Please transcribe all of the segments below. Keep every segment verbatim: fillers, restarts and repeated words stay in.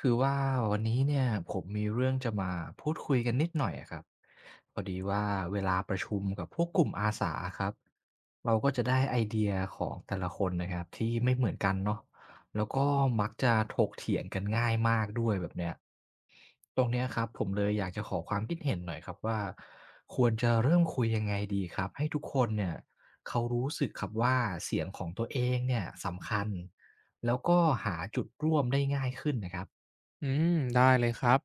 คือว่าวันนี้เนี่ยผมมีเรื่องจะมาพูดคุยกันนิดหน่อยอะครับพอดีว่าเวลาประชุมกับพวกกลุ่มอาสาครับเราก็จะได้ไอเดียของแต่ละคนนะครับที่ไม่เหมือนกันเนาะแล้วก็มักจะถกเถียงกันง่ายมากด้วยแบบเนี้ยตรงเนี้ยครับผมเลยอยากจะขอความคิดเห็นหน่อยครับว่าควรจะเริ่มคุยยังไงดีครับให้ทุกคนเนี่ยเขารู้สึกครับว่าเสียงของตัวเองเนี่ยสำคัญแล้วก็หาจุดร่วมได้ง่ายขึ้นนะครัอืมได้เลยครับ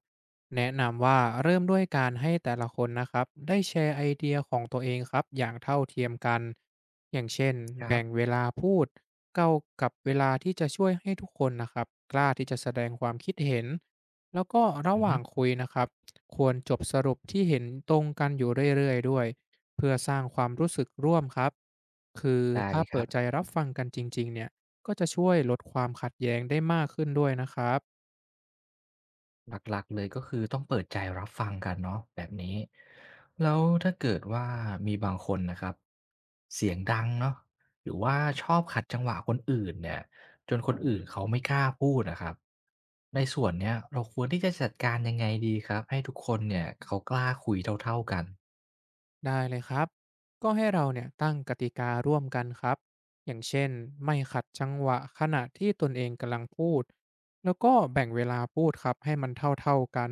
แนะนำว่าเริ่มด้วยการให้แต่ละคนนะครับได้แชร์ไอเดียของตัวเองครับอย่างเท่าเทียมกันอย่างเช่นแบ่บ งเวลาพูดเก้ากับเวลาที่จะช่วยให้ทุกคนนะครับกล้าที่จะแสดงความคิดเห็นแล้วก็ระอืหอว่าฮึงคุยนะครับควรจบสรุปที่เห็นตรงกันอยู่เรื่อยๆด้วยเพื่อสร้างความรู้สึกร่วมครับคือได้ถ้าเลยคเปิรัดบใจรับฟังกันจริงๆเนี่ยก็จะช่วยลดความขัดแย้งได้มากขึ้นด้วยนะครับ หลักๆเลยก็คือต้องเปิดใจรับฟังกันเนาะแบบนี้แล้วถ้าเกิดว่ามีบางคนนะครับเสียงดังเนาะหรือว่าชอบขัดจังหวะคนอื่นเนี่ยจนคนอื่นเขาไม่กล้าพูดนะครับในส่วนเนี้ยเราควรที่จะจัดการยังไงดีครับให้ทุกคนเนี่ยเขากล้าคุยเท่าๆกันได้เลยครับ ก็ให้เราเนี่ยตั้งกติการ่วมกันครับอย่างเช่นไม่ขัดจังหวะขณะที่ตนเองกำลังพูด แล้วก็แบ่งเวลาพูดครับให้มันเท่าๆกัน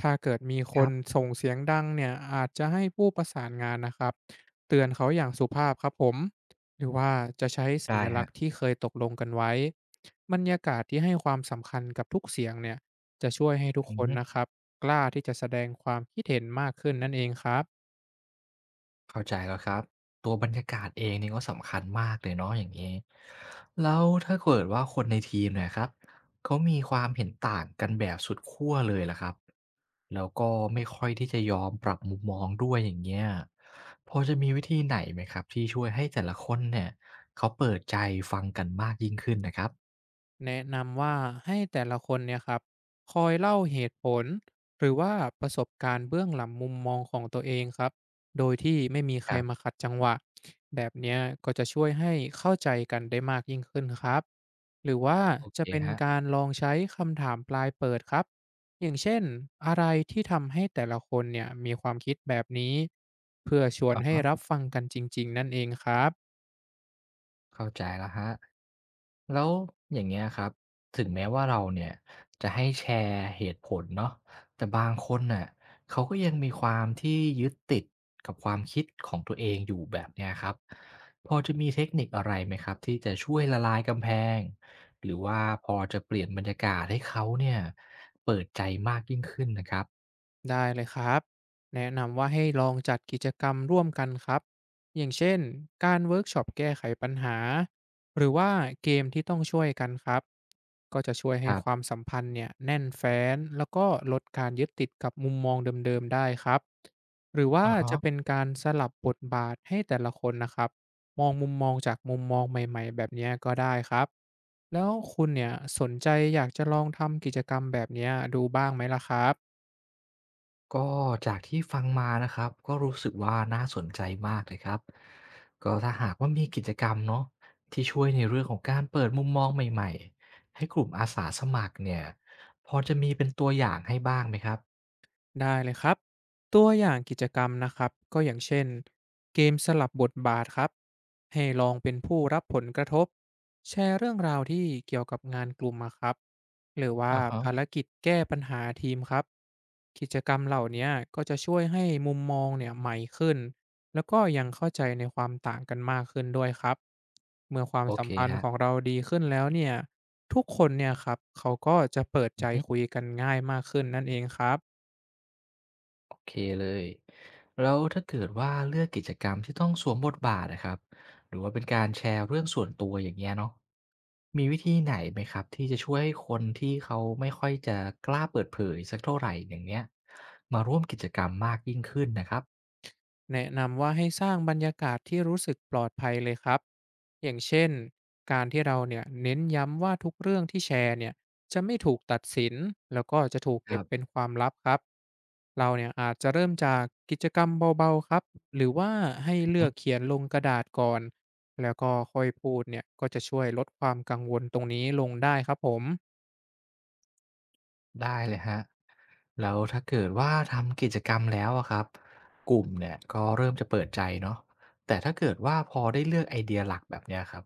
ถ้าเกิดมีคครันบส่งเสียงดังเนี่ยอาจจะให้ผู้ประสานงานนะครับเตือนเขาอย่างสุภาพครับผมหรือว่าจะใช้สัได้ญคลัรักษบณ์ที่เคยตกลงกันไว้บรรยากาศที่ให้ความสำคัญกับทุกเสียงเนี่ยจะช่วยให้ทุกอืคอนฮึ นะครับกล้าที่จะแสดงความคิดเห็นมากขึ้นนั่นเองครับ เข้าใจแล้วครับตัวบรรยากาศเองนี่ก็สำคัญมากเลยเนาะอย่างนี้แล้วถ้าเกิดว่าคนในทีมเนี่ยครับเขามีความเห็นต่างกันแบบสุดขั้วเลยล่ะครับแล้วก็ไม่ค่อยที่จะยอมปรับมุมมองด้วยอย่างเงี้ยพอจะมีวิธีไหนไหมครับที่ช่วยให้แต่ละคนเนี่ยเขาเปิดใจฟังกันมากยิ่งขึ้นนะครับแนะนำว่าให้แต่ละคนเนี่ยครับคอยเล่าเหตุผลหรือว่าประสบการณ์เบื้องหลังมุมมองของตัวเองครับโดยที่ไม่มีใคครรัมาบขัดจังหวะแบบเนี้ยก็จะช่วยให้เข้าใจกันได้มากยิ่งขึ้นครับหรือว่าโอเคจะเป็นการลองใช้คำถามปลายเปิดครับอย่างเช่นอะไรที่ทำให้แต่ละคนเนี่ยมีความคิดแบบนี้เพื่อชวนอให้รัฮะ บฟังกันจริงๆนั่นเองครับ เข้าใจแล้วฮะแล้วอย่างเงี้ยครับถึงแม้ว่าเราเนี่ยจะให้แชร์เหตุผลเนาะแต่บางคนน่ะเขาก็ยังมีความที่ยึดติดกับความคิดของตัวเองอยู่แบบเนี้ยครับพอจะมีเทคนิคอะไรไหมครับที่จะช่วยละลายกำแพงหรือว่าพอจะเปลี่ยนบรรยากาศให้เขาเนี่ยเปิดใจมากยิ่งขึ้นนะครับได้เลยครับแนะนำว่าให้ลองจัดกิจกรรมร่วมกันครับอย่างเช่นการเวิร์กช็อปแก้ไขปัญหาหรือว่าเกมที่ต้องช่วยกันครับก็จะช่วยคให้รัความบสัมพันธ์เนี่ยแน่นแฟ้นแล้วก็ลดการยึดติดกับมุมมองเดิมๆได้ครับหรือว่าอะฮะ จะเป็นการสลับบทบาทให้แต่ละคนนะครับมองมุมมองจากมุมมองใหม่ๆแบบเนี้ยก็ได้ครับแล้วคุณเนี่ยสนใจอยากจะลองทำกิจกรรมแบบเนี้ยดูบ้างไหมล่ะครับ ก็จากที่ฟังมานะครับก็รู้สึกว่าน่าสนใจมากเลยครับก็ถ้าหากว่ามีกิจกรรมเนาะที่ช่วยในเรื่องของการเปิดมุมมองใหม่ๆให้กลุ่มอาสาสมัครเนี่ยพอจะมีเป็นตัวอย่างให้บ้างไหมครับได้เลยครับตัวอย่างกิจกรรมนะครับก็อย่างเช่นเกมสลับบทบาทครับให้ลองเป็นผู้รับผลกระทบแชร์เรื่องราวที่เกี่ยวกับงานกลุ่มอะครับหรือว่าอะฮะภารกิจแก้ปัญหาทีมครับกิจกรรมเหล่าเนี้ยก็จะช่วยให้มุมมองเนี่ยใหม่ขึ้นแล้วก็ยังเข้าใจในความต่างกันมากขึ้นด้วยครับเมื่อความโอสัมเคพันคธ์รัขบองเราดีขึ้นแล้วเนี่ยทุกคนเนี่ยครับเขาก็จะเปิดใจฮะ คุยกันง่ายมากขึ้นนั่นเองครับ โอเคเลยแล้วถ้าเกิดว่าเลือกกิจกรรมที่ต้องสวมบทบาทนะครับ หรือว่าเป็นการแชร์เรื่องส่วนตัวอย่างเงี้ยเนาะมีวิธีไหนไหมครับที่จะช่วยให้คนที่เขาไม่ค่อยจะกล้าเปิดเผยสักเท่าไหร่อย่างเงี้ยมาร่วมกิจกรรมมากยิ่งขึ้นนะครับแนะนำว่าให้สร้างบรรยากาศที่รู้สึกปลอดภัยเลยครับอย่างเช่นการที่เราเนี่ยเน้นย้ำว่าทุกเรื่องที่แชร์เนี่ยจะไม่ถูกตัดสินแล้วก็จะถูกคเก็บรัเป็นบ ความลับครับเราเนี่ยอาจจะเริ่มจากกิจกรรมเบาๆครับหรือว่าให้เลือกเขียนลงกระดาษก่อนแล้วก็ค่อยพูดเนี่ยก็จะช่วยลดความกังวลตรงนี้ลงได้ครับผม ได้เลยครับแล้วถ้าเกิดว่าทำกิจกรรมแล้วอะครับกลุ่มเนี่ยก็เริ่มจะเปิดใจเนาะแต่ถ้าเกิดว่าพอได้เลือกไอเดียหลักแบบเนี้ยครับ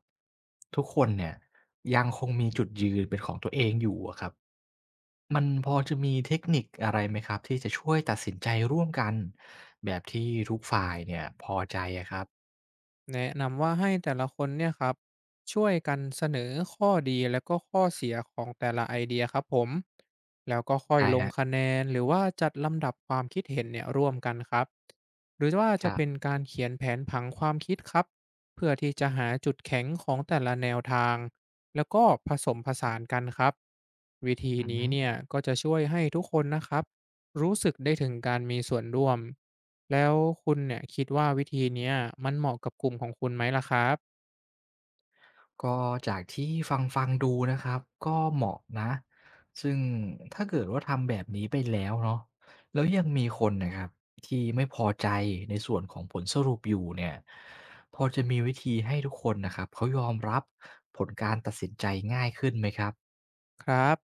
ทุกคนเนี่ยยังคงมีจุดยืนเป็นของตัวเองอยู่อะครับมันพอจะมีเทคนิคอะไรไหมครับที่จะช่วยตัดสินใจร่วมกันแบบที่ทุกฝ่ายเนี่ยพอใจอะครับแนะนำว่าให้แต่ละคนเนี่ยครับช่วยกันเสนอข้อดีและก็ข้อเสียของแต่ละไอเดียครับผมแล้วก็ค่อยใช่ลงฮะคะแนนหรือว่าจัดลำดับความคิดเห็นเนี่ยร่วมกันครับหรือว่าคจะรับเป็นการเขียนแผนผังความคิดครับเพื่อที่จะหาจุดแข็งของแต่ละแนวทางแล้วก็ผสมผสานกันครับวิธีอือนี้ฮึ เนี่ยก็จะช่วยให้ทุกคนนะครับรู้สึกได้ถึงการมีส่วนร่วม แล้วคุณเนี่ยคิดว่าวิธีเนี้ยมันเหมาะกับกลุ่มของคุณไหมล่ะครับ ก็จากที่ฟังฟังดูนะครับก็เหมาะนะซึ่งถ้าเกิดว่าทำแบบนี้ไปแล้วเนาะแล้วยังมีคนนะครับที่ไม่พอใจในส่วนของผลสรุปอยู่เนี่ยพอจะมีวิธีให้ทุกคนนะครับเขายอมรับผลการตัดสินใจง่ายขึ้นไหมครับครับ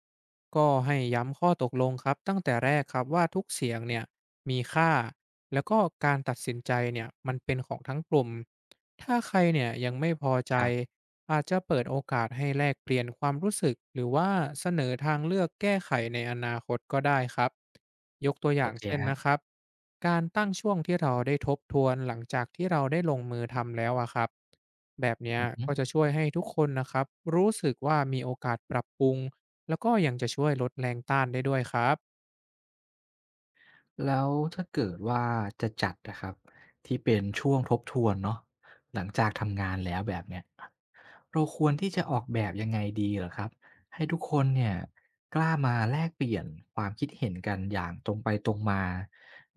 ก็ให้ย้ำข้อตกลงครับตั้งแต่แรกครับว่าทุกเสียงเนี่ยมีค่าแล้วก็การตัดสินใจเนี่ยมันเป็นของทั้งกลุ่มถ้าใครเนี่ยยังไม่พอใจครับอาจจะเปิดโอกาสให้แลกเปลี่ยนความรู้สึกหรือว่าเสนอทางเลือกแก้ไขในอนาคตก็ได้ครับยกตัวอโอย่างเคเช่นครนะครับการตั้งช่วงที่เราได้ทบทวนหลังจากที่เราได้ลงมือทำแล้วอะครับแบบเนี้ยอือฮึก็จะช่วยให้ทุกคนนะครับรู้สึกว่ามีโอกาสปรับปรุง แล้วก็ยังจะช่วยลดแรงต้านได้ด้วยครับ แล้วถ้าเกิดว่าจะจัดนะครับที่เป็นช่วงทบทวนเนาะหลังจากทำงานแล้วแบบเนี้ย เราควรที่จะออกแบบยังไงดีเหรอครับให้ทุกคนเนี่ยกล้ามาแลกเปลี่ยนความคิดเห็นกันอย่างตรงไปตรงมา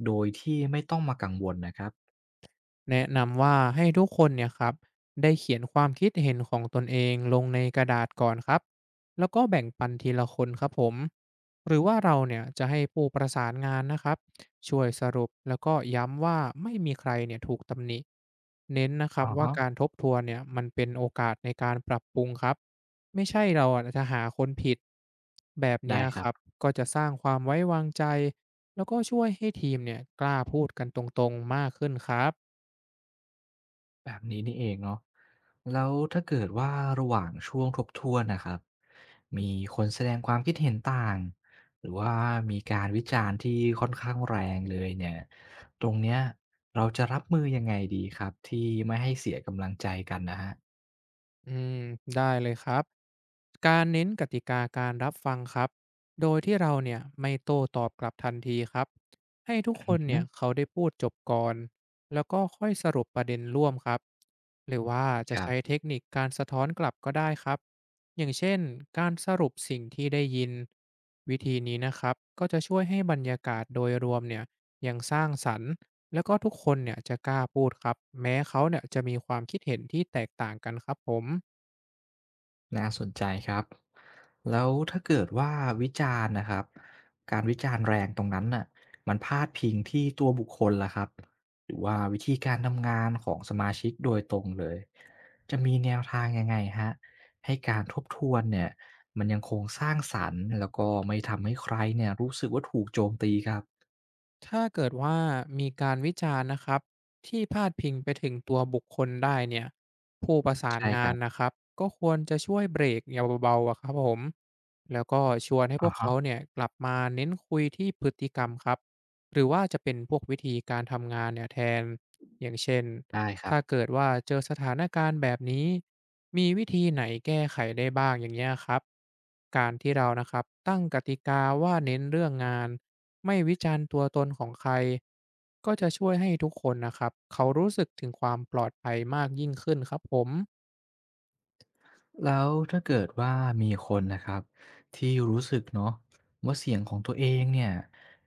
โดยที่ไม่ต้องมากังวลนะครับแนะนำว่าให้ทุกคนเนี่ยครับได้เขียนความคิดเห็นของตนเองลงในกระดาษก่อนครับแล้วก็แบ่งปันทีละคนครับผมหรือว่าเราเนี่ยจะให้ผู้ประสานงานนะครับช่วยสรุปแล้วก็ย้ำว่าไม่มีใครเนี่ยถูกตำหนิเน้นนะครับอะว่าฮะการทบทวนเนี่ยมันเป็นโอกาสในการปรับปรุงครับไม่ใช่เราอะจะหาคนผิดแบบเนี้ได้ยคครับรับก็จะสร้างความไว้วางใจแล้วก็ช่วยให้ทีมเนี่ยกล้าพูดกันตรงๆมากขึ้นครับ แบบนี้นี่เองเนาะแล้วถ้าเกิดว่าระหว่างช่วงทบทวนนะครับมีคนแสดงความคิดเห็นต่างหรือว่ามีการวิจารณ์ที่ค่อนข้างแรงเลยเนี่ยตรงเนี้ยเราจะรับมือยังไงดีครับที่ไม่ให้เสียกำลังใจกันนะฮะอืมได้เลยครับการเน้นกติกาการรับฟังครับโดยที่เราเนี่ยไม่โต้ตอบกลับทันทีครับให้ทุกคอืนฮเนี่ยเขาได้พูดจบก่อนแล้วก็ค่อยสรุปประเด็นร่วมครับหรือว่าคจะรัใช้บ เทคนิคการสะท้อนกลับก็ได้ครับอย่างเช่นการสรุปสิ่งที่ได้ยินวิธีนี้นะครับก็จะช่วยให้บรรยากาศโดยรวมเนี่ยยังสร้างสรรค์ แล้วก็ทุกคนเนี่ยจะกล้าพูดครับแม้เขาเนี่ยจะมีความคิดเห็นที่แตกต่างกันครับผม น่าสนใจครับแล้วถ้าเกิดว่าวิจารณ์นะครับการวิจารณ์แรงตรงนั้นน่ะมันพาดพิงที่ตัวบุคคลล่ะครับหรือว่าวิธีการทำงานของสมาชิกโดยตรงเลยจะมีแนวทางยังไงฮะให้การทบทวนเนี่ยมันยังคงสร้างสรรค์แล้วก็ไม่ทำให้ใครเนี่ยรู้สึกว่าถูกโจมตีครับถ้าเกิดว่ามีการวิจารณ์นะครับที่พาดพิงไปถึงตัวบุคคลได้เนี่ยผู้ประสานใช่คงารันบนะครับก็ควรจะช่วยเบรกอย่างเบาๆอะครับผมแล้วก็ชวนให้พอ๋วกฮะเขาเนี่ยกลับมาเน้นคุยที่พฤติกรรมครับหรือว่าจะเป็นพวกวิธีการทำงานเนี่ยแทนอย่างเช่นได้ครับ ถ้าเกิดว่าเจอสถานการณ์แบบนี้มีวิธีไหนแก้ไขได้บ้างอย่างเงี้ยครับการที่เรานะครับตั้งกติกาว่าเน้นเรื่องงาน ไม่วิจารณ์ตัวตนของใครก็จะช่วยให้ทุกคนนะครับเขารู้สึกถึงความปลอดภัยมากยิ่งขึ้นครับผม แล้วถ้าเกิดว่ามีคนนะครับที่รู้สึกเนาะว่าเสียงของตัวเองเนี่ย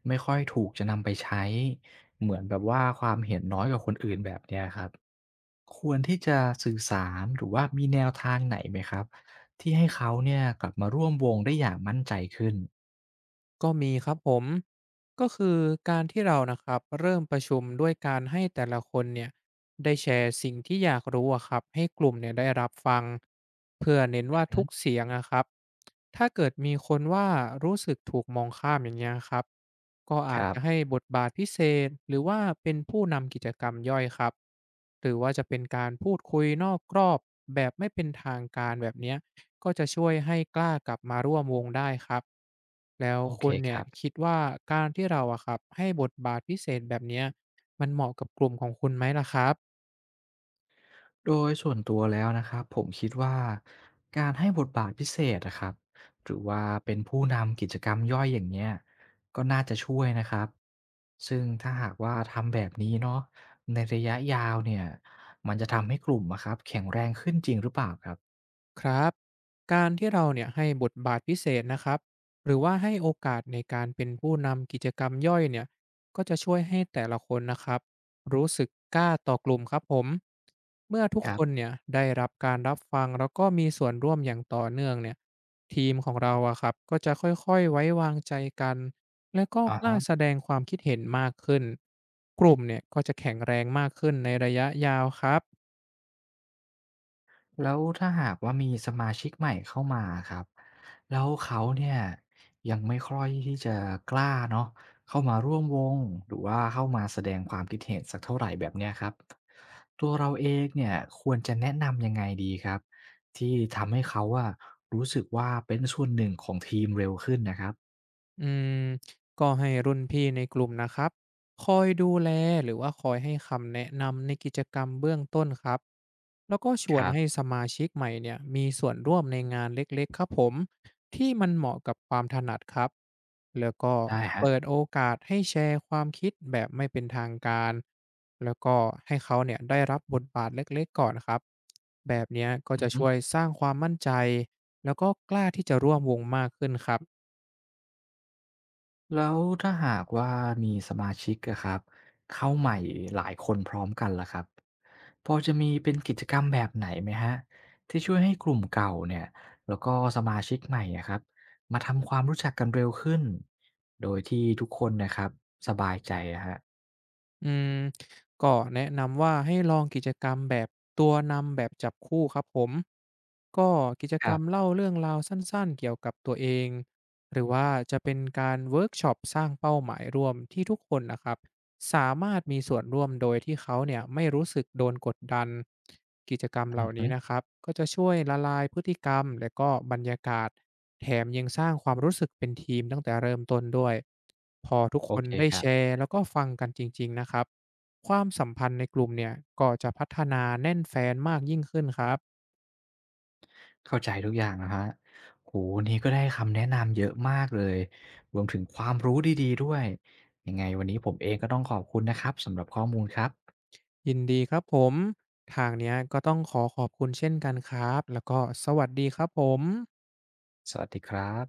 ไม่ค่อยถูกจะนำไปใช้เหมือนแบบว่าความเห็นน้อยกว่าคนอื่นแบบเนี้ยครับควรที่จะสื่อสารหรือว่ามีแนวทางไหนไหมครับที่ให้เขาเนี่ยกลับมาร่วมวงได้อย่างมั่นใจขึ้นก็มีครับผมก็คือการที่เรานะครับเริ่มประชุมด้วยการให้แต่ละคนเนี่ยได้แชร์สิ่งที่อยากรู้อะครับให้กลุ่มเนี่ยได้รับฟังเพื่อเน้นอืว่าอฮึทุกเสียงนะครับถ้าเกิดมีคนว่ารู้สึกถูกมองข้ามอย่างเงี้ยครับก็คอาจรับจะให้บทบาทพิเศษหรือว่าเป็นผู้นำกิจกรรมย่อยครับหรือว่าจะเป็นการพูดคุยนอกกรอบแบบไม่เป็นทางการแบบเนี้ย ก็จะช่วยให้กล้ากลับมาร่วมวงได้ครับแล้วโอเคคุณคเนี่ยรับ คิดว่าการที่เราอะครับให้บทบาทพิเศษแบบเนี้ยมันเหมาะกับกลุ่มของคุณไหมล่ะครับ โดยส่วนตัวแล้วนะครับผมคิดว่าการให้บทบาทพิเศษนะครับหรือว่าเป็นผู้นำกิจกรรมย่อยอย่างเงี้ยก็น่าจะช่วยนะครับซึ่งถ้าหากว่าทำแบบนี้เนาะในระยะยาวเนี่ยมันจะทำให้กลุ่มอะครับแข็งแรงขึ้นจริงหรือเปล่าครับครับการที่เราเนี่ยให้บทบาทพิเศษนะครับหรือว่าให้โอกาสในการเป็นผู้นำกิจกรรมย่อยเนี่ยก็จะช่วยให้แต่ละคนนะครับรู้สึกกล้าต่อกลุ่มครับผมเมื่อทุกครัคนบเนี่ยได้รับการรับฟังแล้วก็มีส่วนร่วมอย่างต่อเนื่องเนี่ยทีมของเราอะครับก็จะค่อยๆไว้วางใจกันและก็อะกล้าแสฮะ ดงความคิดเห็นมากขึ้นกลุ่มเนี่ยก็จะแข็งแรงมากขึ้นในระยะยาวครับ แล้วถ้าหากว่ามีสมาชิกใหม่เข้ามาครับแล้วเขาเนี่ยยังไม่ค่อยที่จะกล้าเนาะเข้ามาร่วมวงหรือว่าเข้ามาแสดงความคิดเห็นสักเท่าไหร่แบบเนี้ยครับตัวเราเองเนี่ยควรจะแนะนำยังไงดีครับที่ทำให้เขาอะรู้สึกว่าเป็นส่วนหนึ่งของทีมเร็วขึ้นนะครับอืมก็ให้รุ่นพี่ในกลุ่มนะครับคอยดูแลหรือว่าคอยให้คำแนะนำในกิจกรรมเบื้องต้นครับแล้วก็ชควนรัให้บสมาชิกใหม่เนี่ยมีส่วนร่วมในงานเล็กๆครับผมที่มันเหมาะกับความถนัดครับแล้วก็ได้ฮะ เปิดโอกาสให้แชร์ความคิดแบบไม่เป็นทางการแล้วก็ให้เขาเนี่ยได้รับบทบาทเล็กๆก่อนครับแบบเนี้ยก็จะช่วยสร้างความมั่นใจแล้วก็กล้าที่จะร่วมวงมากขึ้นครับ แล้วถ้าหากว่ามีสมาชิกอะครับเข้าใหม่หลายคนพร้อมกันล่ะครับพอจะมีเป็นกิจกรรมแบบไหนไหมฮะที่ช่วยให้กลุ่มเก่าเนี่ยแล้วก็สมาชิกใหม่อะครับมาทำความรู้จักกันเร็วขึ้นโดยที่ทุกคนนะครับสบายใจอะฮะอืมก็แนะนำว่าให้ลองกิจกรรมแบบตัวนำแบบจับคู่ครับผมก็กิจคกรรัรมบเล่าเรื่องราวสั้นๆเกี่ยวกับตัวเองหรือว่าจะเป็นการเวิร์กช็อปสร้างเป้าหมายรวมที่ทุกคนนะครับ สามารถมีส่วนร่วมโดยที่เขาเนี่ยไม่รู้สึกโดนกดดันกิจกรรมเหอืล่าอฮึนี้นะครับก็จะช่วยละลายพฤติกรรมและก็บรรยากาศแถมยังสร้างความรู้สึกเป็นทีมตั้งแต่เริ่มต้นด้วยพอทุกคโอนเคได้ครัแชบร์แล้วก็ฟังกันจริงๆนะครับความสัมพันธ์ในกลุ่มเนี่ยก็จะพัฒนาแน่นแฟนมากยิ่งขึ้นครับเข้าใจทุกอย่างนะคะโหวันนี้ก็ได้คำแนะนำเยอะมากเลยรวมถึงความรู้ดีๆด้วยยังไงวันนี้ผมเองก็ต้องขอบคุณนะครับสำหรับข้อมูลครับ ยินดีครับผมทางเนี้ยก็ต้องขอขอบคุณเช่นกันครับแล้วก็สวัสดีครับผมสวัสดีครับ